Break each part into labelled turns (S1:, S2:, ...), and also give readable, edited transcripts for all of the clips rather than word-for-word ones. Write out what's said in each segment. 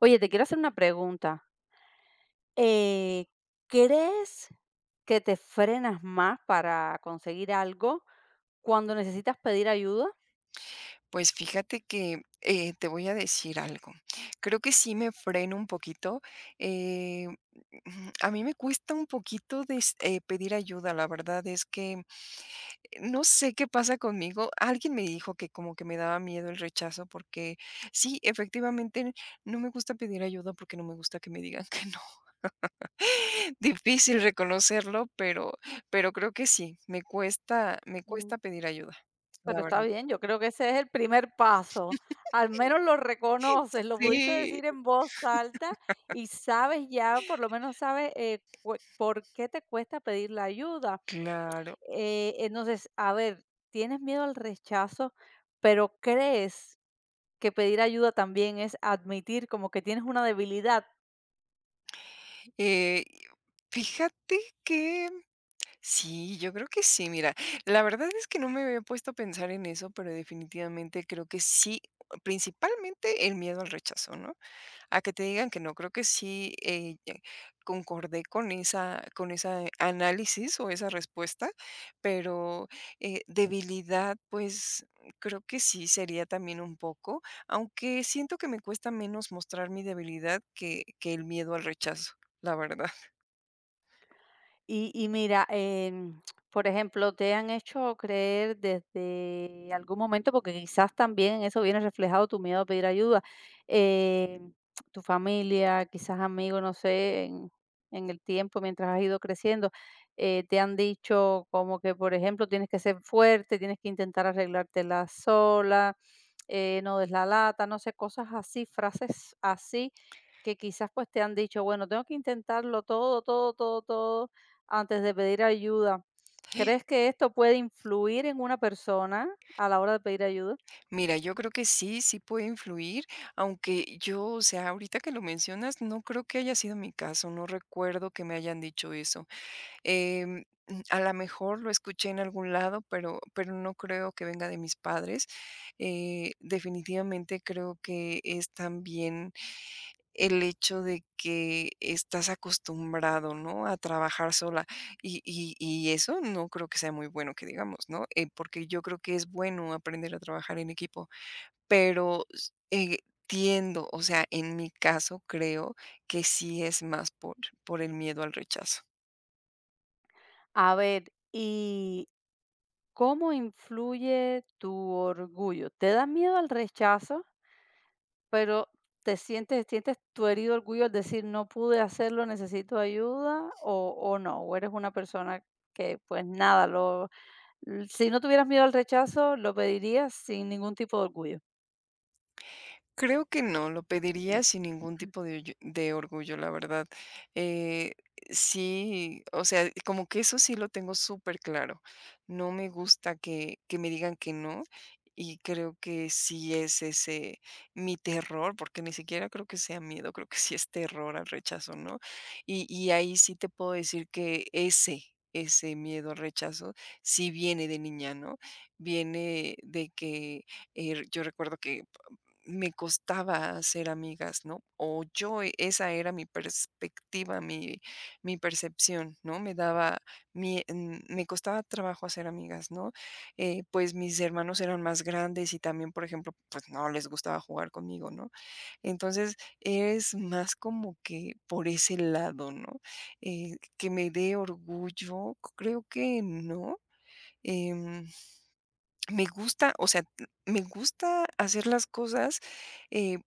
S1: Oye, te quiero hacer una pregunta. Eh, ¿Crees que te frenas más para conseguir algo cuando necesitas pedir ayuda?
S2: Pues fíjate que, te voy a decir algo. Creo que sí me freno un poquito, eh, a mí me cuesta un poquito des pedir ayuda, la verdad es que no sé qué pasa conmigo. Alguien me dijo que como que me daba miedo el rechazo porque sí, efectivamente, no me gusta pedir ayuda porque no me gusta que me digan que no. Difícil reconocerlo, pero creo que sí, me cuesta me
S1: Mm,
S2: cuesta pedir ayuda, la
S1: Pero está
S2: verdad.
S1: bien, yo creo que ese es el primer paso. Al menos lo reconoces, lo pudiste
S2: Sí,
S1: decir en voz alta y sabes ya, por lo menos sabes por qué te cuesta pedir la ayuda.
S2: claro.
S1: Entonces, a ver, tienes miedo al rechazo, pero crees que pedir ayuda también es admitir como que tienes una debilidad.
S2: Eh, Fíjate que sí, yo creo que sí, mira, la verdad es que no me había puesto a pensar en eso, pero definitivamente creo que sí, principalmente el miedo al rechazo, ¿no? A que te digan que no, creo que sí concordé con esa análisis o esa respuesta, pero debilidad, pues creo que sí sería también un poco, aunque siento que me cuesta menos mostrar mi debilidad que el miedo al rechazo, la verdad.
S1: Y mira, por ejemplo, te han hecho creer desde algún momento, porque quizás también en eso viene reflejado tu miedo a pedir ayuda, em, tu familia, quizás amigos, no sé, en el tiempo mientras has ido creciendo, te han dicho como que, por ejemplo, tienes que ser fuerte, tienes que intentar arreglártela sola no des la lata, no sé, cosas así, frases así que quizás pues te han dicho, bueno, tengo que intentarlo todo, todo, todo, todo antes de pedir ayuda. ¿Crees que esto puede influir en una persona a la hora de pedir ayuda?
S2: Mira, yo creo que sí, sí puede influir, aunque yo, o sea, ahorita que lo mencionas, no creo que haya sido mi caso, no recuerdo que me hayan dicho eso. A la mejor lo escuché en algún lado, pero no creo que venga de mis padres. Definitivamente creo que es también el hecho de que estás acostumbrado, ¿no? A trabajar sola. Y eso no creo que sea muy bueno que digamos, ¿no? Porque yo creo que es bueno aprender a trabajar en equipo. Pero s Tiendo, o sea, en mi caso creo que sí es más por el miedo al rechazo.
S1: A ver, ¿y cómo influye tu orgullo? ¿Te da miedo al rechazo? Pero, ¿te sientes tu herido orgullo al decir: "No pude hacerlo, necesito ayuda", o no? ¿O eres una persona que, pues, nada, si no tuvieras miedo al rechazo, lo pedirías sin ningún tipo de orgullo?
S2: Creo que no, lo pediría sin ningún tipo de oyo de orgullo, la verdad. Eh, sí, o sea, como que eso sí lo tengo súper claro. No me gusta que me digan que no, y creo que sí es ese mi terror, porque ni siquiera creo que sea miedo, creo que sí es terror al rechazo, ¿no? Y ahí sí te puedo decir que ese miedo al rechazo sí viene de niña, ¿no? Viene de que, yo recuerdo que me costaba hacer amigas, ¿no? O yo, esa era mi perspectiva, mi percepción, ¿no? Me daba, me costaba trabajo hacer amigas, ¿no? Pues mis hermanos eran más grandes y también, por ejemplo, pues no les gustaba jugar conmigo, ¿no? Entonces, es más como que por ese lado, ¿no? Que me dé orgullo, creo que no. Em, Me gusta, o sea, me gusta hacer las cosas, eh,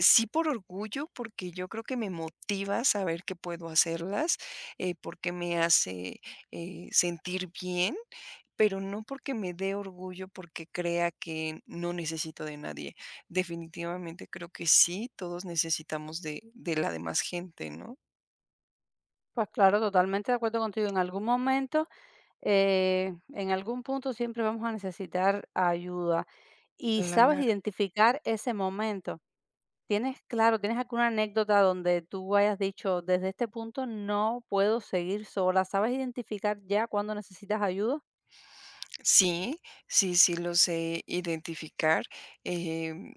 S2: sí, por orgullo, porque yo creo que me motiva saber que puedo hacerlas, porque me hace, sentir bien, pero no porque me dé orgullo, porque crea que no necesito de nadie. Definitivamente creo que sí, todos necesitamos de la demás gente, ¿no?
S1: Pues claro, totalmente de acuerdo contigo. En algún momento, en algún punto siempre vamos a necesitar ayuda. Y sabes
S2: Claro.
S1: identificar ese momento. ¿Tienes, claro, tienes alguna anécdota donde tú hayas dicho, desde este punto no puedo seguir sola? ¿Sabes identificar ya cuando necesitas ayuda?
S2: Sí, sí lo sé identificar, eh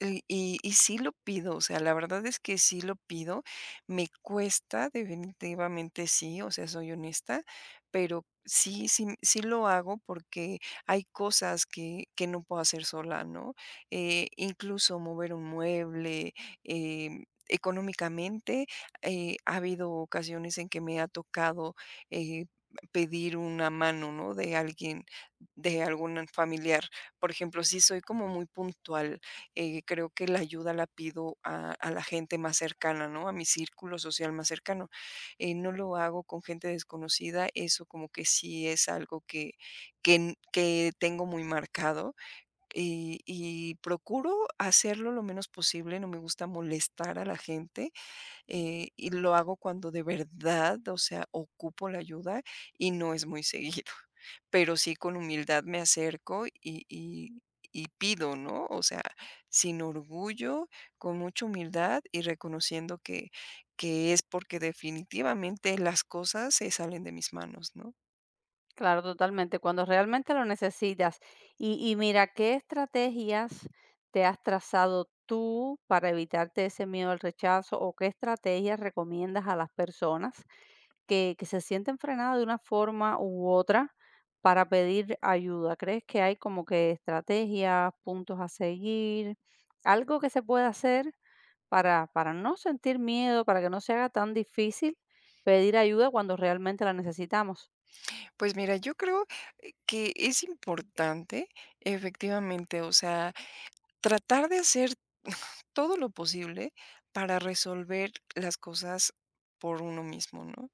S2: y sí lo pido, o sea, la verdad es que sí lo pido. Me cuesta, definitivamente sí, o sea, soy honesta, pero sí, sí lo hago porque hay cosas que no puedo hacer sola, ¿no? Incluso mover un mueble, económicamente, ha habido ocasiones en que me ha tocado eh, pedir una mano, ¿no? De alguien, de algún familiar. Por ejemplo, sí soy como muy puntual. Creo que la ayuda la pido a la gente más cercana, ¿no? A mi círculo social más cercano. No lo hago con gente desconocida, eso como que sí es algo que, que tengo muy marcado y procuro hacerlo lo menos posible, no me gusta molestar a la gente. Y lo hago cuando de verdad, o sea, ocupo la ayuda y no es muy seguido, pero sí con humildad me acerco y pido, ¿no? O sea, sin orgullo, con mucha humildad y reconociendo que es porque definitivamente las cosas se salen de mis manos, ¿no?
S1: Claro, totalmente, cuando realmente lo necesitas. Y mira, ¿qué estrategias te has trazado tú para evitarte ese miedo al rechazo, o qué estrategias recomiendas a las personas que se sienten frenadas de una forma u otra para pedir ayuda? ¿Crees que hay como que estrategias, puntos a seguir, algo que se pueda hacer para no sentir miedo, para que no se haga tan difícil pedir ayuda cuando realmente la necesitamos?
S2: Pues mira, yo creo que es importante, efectivamente, o sea, tratar de hacer todo lo posible para resolver las cosas por uno mismo, ¿no?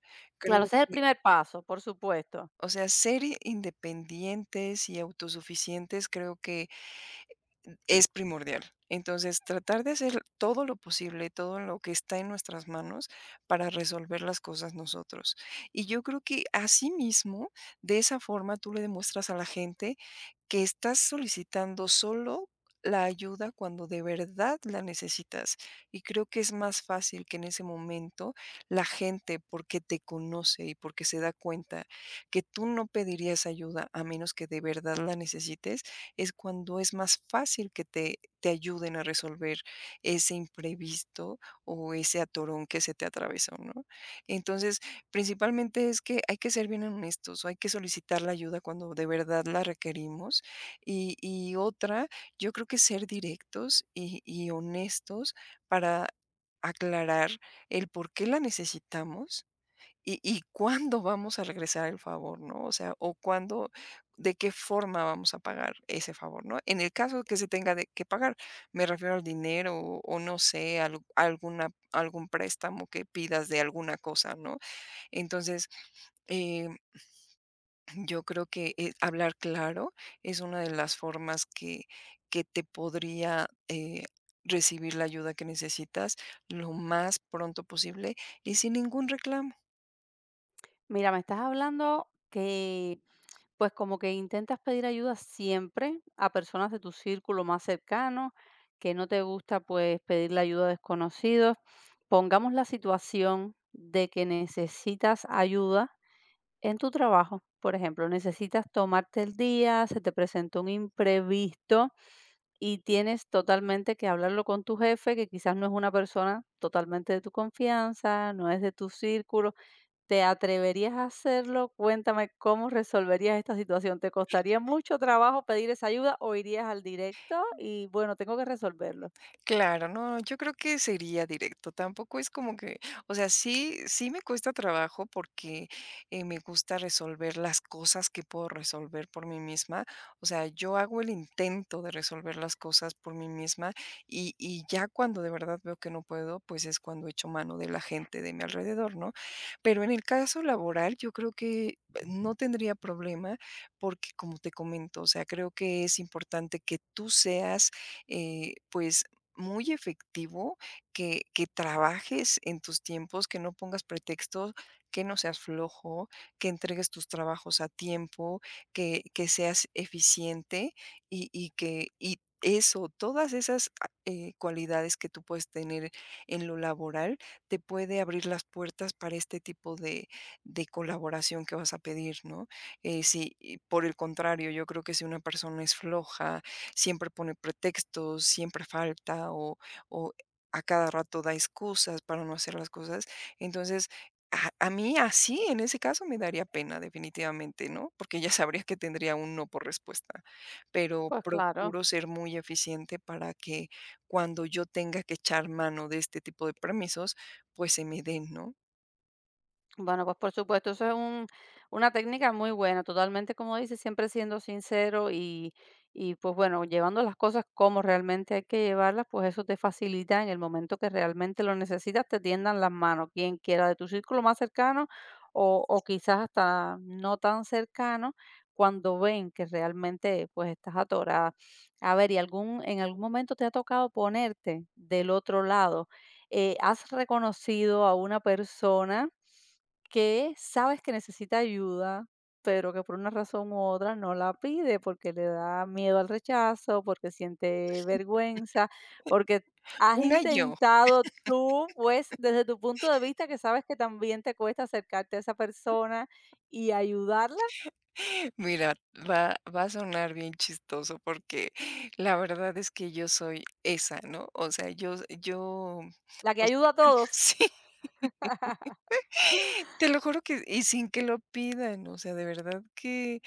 S1: Claro,
S2: Creo
S1: ese es el
S2: que,
S1: primer paso, por supuesto.
S2: o sea, ser independientes y autosuficientes creo que es primordial. Entonces, tratar de hacer todo lo posible, todo lo que está en nuestras manos para resolver las cosas nosotros. Y yo creo que asimismo, de esa forma, tú le demuestras a la gente que estás solicitando solo la ayuda cuando de verdad la necesitas. Y creo que es más fácil que en ese momento la gente, porque te conoce y porque se da cuenta que tú no pedirías ayuda a menos que de verdad la necesites, es cuando es más fácil que te ayuden a resolver ese imprevisto o ese atorón que se te atravesó, ¿no? Entonces, principalmente es que hay que ser bien honestos, o hay que solicitar la ayuda cuando de verdad la requerimos. Y otra, yo creo que ser directos y honestos para aclarar el por qué la necesitamos. ¿Y cuándo vamos a regresar el favor, no? O sea, o cuándo, de qué forma vamos a pagar ese favor, ¿no? En el caso que se tenga de que pagar, me refiero al dinero o no sé, al alguna algún préstamo que pidas de alguna cosa, ¿no? Entonces, eh, yo creo que, hablar claro es una de las formas que te podría, recibir la ayuda que necesitas lo más pronto posible y sin ningún reclamo.
S1: Mira, me estás hablando que, pues, como que intentas pedir ayuda siempre a personas de tu círculo más cercano, que no te gusta, pues, pedir la ayuda a desconocidos. Pongamos la situación de que necesitas ayuda en tu trabajo, por ejemplo, necesitas tomarte el día, se te presentó un imprevisto y tienes totalmente que hablarlo con tu jefe, que quizás no es una persona totalmente de tu confianza, no es de tu círculo. ¿Te atreverías a hacerlo? Cuéntame, ¿cómo resolverías esta situación? ¿Te costaría mucho trabajo pedir esa ayuda o irías al directo y, bueno, tengo que resolverlo?
S2: Claro, no, yo creo que sería directo. Tampoco es como que, o sea, sí, sí me cuesta trabajo porque me gusta resolver las cosas que puedo resolver por mí misma. O sea, yo hago el intento de resolver las cosas por mí misma y ya cuando de verdad veo que no puedo, pues es cuando echo mano de la gente de mi alrededor, ¿no? Pero en el caso laboral, yo creo que no tendría problema porque, como te comento, o sea, creo que es importante que tú seas, pues, muy efectivo que trabajes en tus tiempos, que no pongas pretextos, que no seas flojo, que entregues tus trabajos a tiempo, que seas eficiente y eso, todas esas cualidades que tú puedes tener en lo laboral, te puede abrir las puertas para este tipo de colaboración que vas a pedir, ¿no? Si y por el contrario, yo creo que si una persona es floja, siempre pone pretextos, siempre falta o a cada rato da excusas para no hacer las cosas. Entonces, a mí así, en ese caso, me daría pena definitivamente, ¿no? Porque ya sabría que tendría un no por respuesta. Pero
S1: Pues claro.
S2: procuro ser muy eficiente para que cuando yo tenga que echar mano de este tipo de permisos, pues se me den, ¿no?
S1: Bueno, pues por supuesto, eso es un, una técnica muy buena, totalmente como dices, siempre siendo sincero y pues bueno, llevando las cosas como realmente hay que llevarlas, pues eso te facilita en el momento que realmente lo necesitas, te tiendan las manos, quien quiera de tu círculo más cercano o quizás hasta no tan cercano, cuando ven que realmente pues estás atorada. A ver, ¿y algún, en algún momento te ha tocado ponerte del otro lado? ¿Has reconocido a una persona que sabes que necesita ayuda, pero que por una razón u otra no la pide porque le da miedo al rechazo, porque siente vergüenza, porque has
S2: Una yo.
S1: intentado tú, pues, desde tu punto de vista, que sabes que también te cuesta acercarte a esa persona y ayudarla,
S2: Mira, va a sonar bien chistoso porque la verdad es que yo soy esa, ¿no? O sea, yo,
S1: la que
S2: pues,
S1: ayuda a todos?
S2: sí, te lo juro que y sin que lo pidan, o sea, de verdad que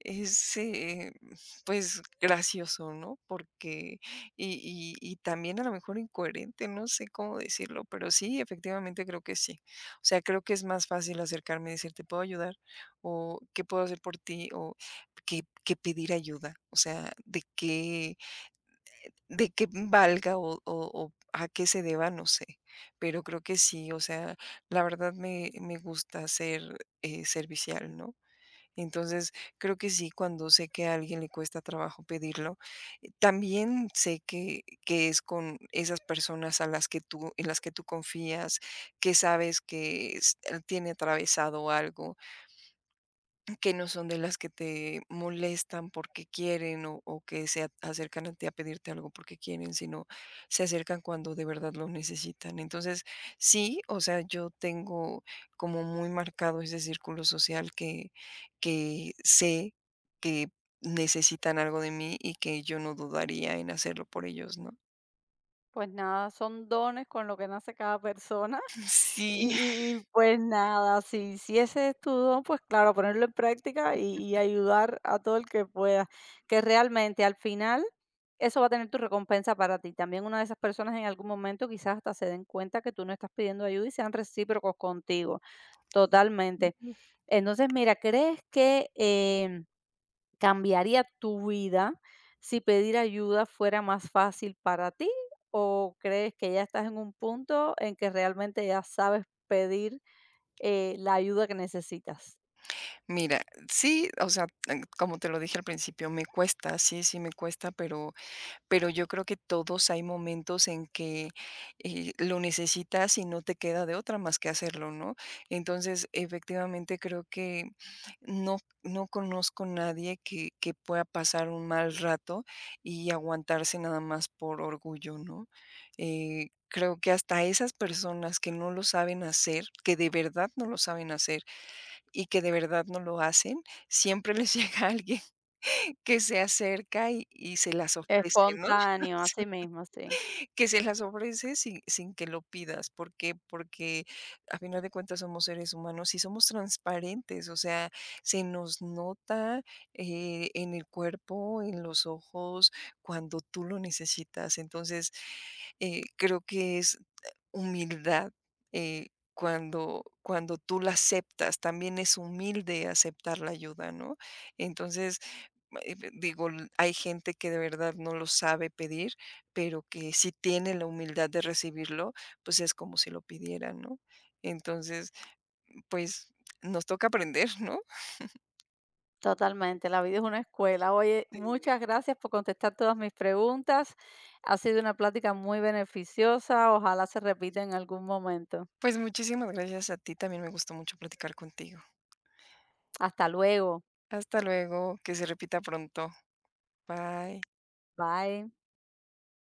S2: es, pues, gracioso, ¿no? Porque y también a lo mejor incoherente, no sé cómo decirlo, pero sí, efectivamente creo que sí. O sea, creo que es más fácil acercarme y decir: "¿Te puedo ayudar?", o "¿Qué puedo hacer por ti?", o que pedir ayuda. O sea, de qué valga o a qué se deba, no sé, pero creo que sí, o sea, la verdad me gusta ser, servicial, ¿no? Entonces, creo que sí, cuando sé que a alguien le cuesta trabajo pedirlo, también sé que es con esas personas a las que tú confías, que sabes que s tiene atravesado algo, que no son de las que te molestan porque quieren o que se acercan a ti a pedirte algo porque quieren, sino se acercan cuando de verdad lo necesitan. Entonces, sí, o sea, yo tengo como muy marcado ese círculo social que sé que necesitan algo de mí y que yo no dudaría en hacerlo por ellos, ¿no?
S1: Pues nada, son dones con lo que nace cada persona.
S2: Sí.
S1: Y y pues nada, si ese es tu don, pues claro, ponerlo en práctica y ayudar a todo el que pueda, que realmente al final eso va a tener tu recompensa para ti. También una de esas personas en algún momento quizás hasta se den cuenta que tú no estás pidiendo ayuda y sean recíprocos contigo, totalmente. Entonces, mira, ¿crees que, ¿cambiaría tu vida si pedir ayuda fuera más fácil para ti? ¿O crees que ya estás en un punto en que realmente ya sabes pedir, la ayuda que necesitas?
S2: Mira, sí, o sea, como te lo dije al principio, me cuesta, sí, sí me cuesta, pero yo creo que todos hay momentos en que, lo necesitas y no te queda de otra más que hacerlo, ¿no? Entonces, efectivamente, creo que no conozco nadie que pueda pasar un mal rato y aguantarse nada más por orgullo, ¿no? Creo que hasta esas personas que no lo saben hacer, que de verdad no lo saben hacer y que de verdad no lo hacen, siempre les llega alguien que se acerca y se las ofrece, ¿no?
S1: Espontáneo, así mismo, sí.
S2: Que se las ofrece sin que lo pidas, ¿por qué? Porque a final de cuentas somos seres humanos y somos transparentes, o sea, se nos nota, en el cuerpo, en los ojos, cuando tú lo necesitas. Entonces, creo que es humildad, eh, cuando tú la aceptas, también es humilde aceptar la ayuda, ¿no? Entonces, b digo, hay gente que de verdad no lo sabe pedir, pero que si tiene la humildad de recibirlo, pues es como si lo pidiera, ¿no? Entonces, pues nos toca aprender, ¿no?
S1: Totalmente, la vida es una escuela. Oye,
S2: Sí.
S1: muchas gracias por contestar todas mis preguntas. Ha sido una plática muy beneficiosa. Ojalá se repita en algún momento.
S2: Pues muchísimas gracias a ti, también me gustó mucho platicar contigo.
S1: Hasta luego.
S2: Hasta luego, que se repita pronto. Bye.
S1: Bye.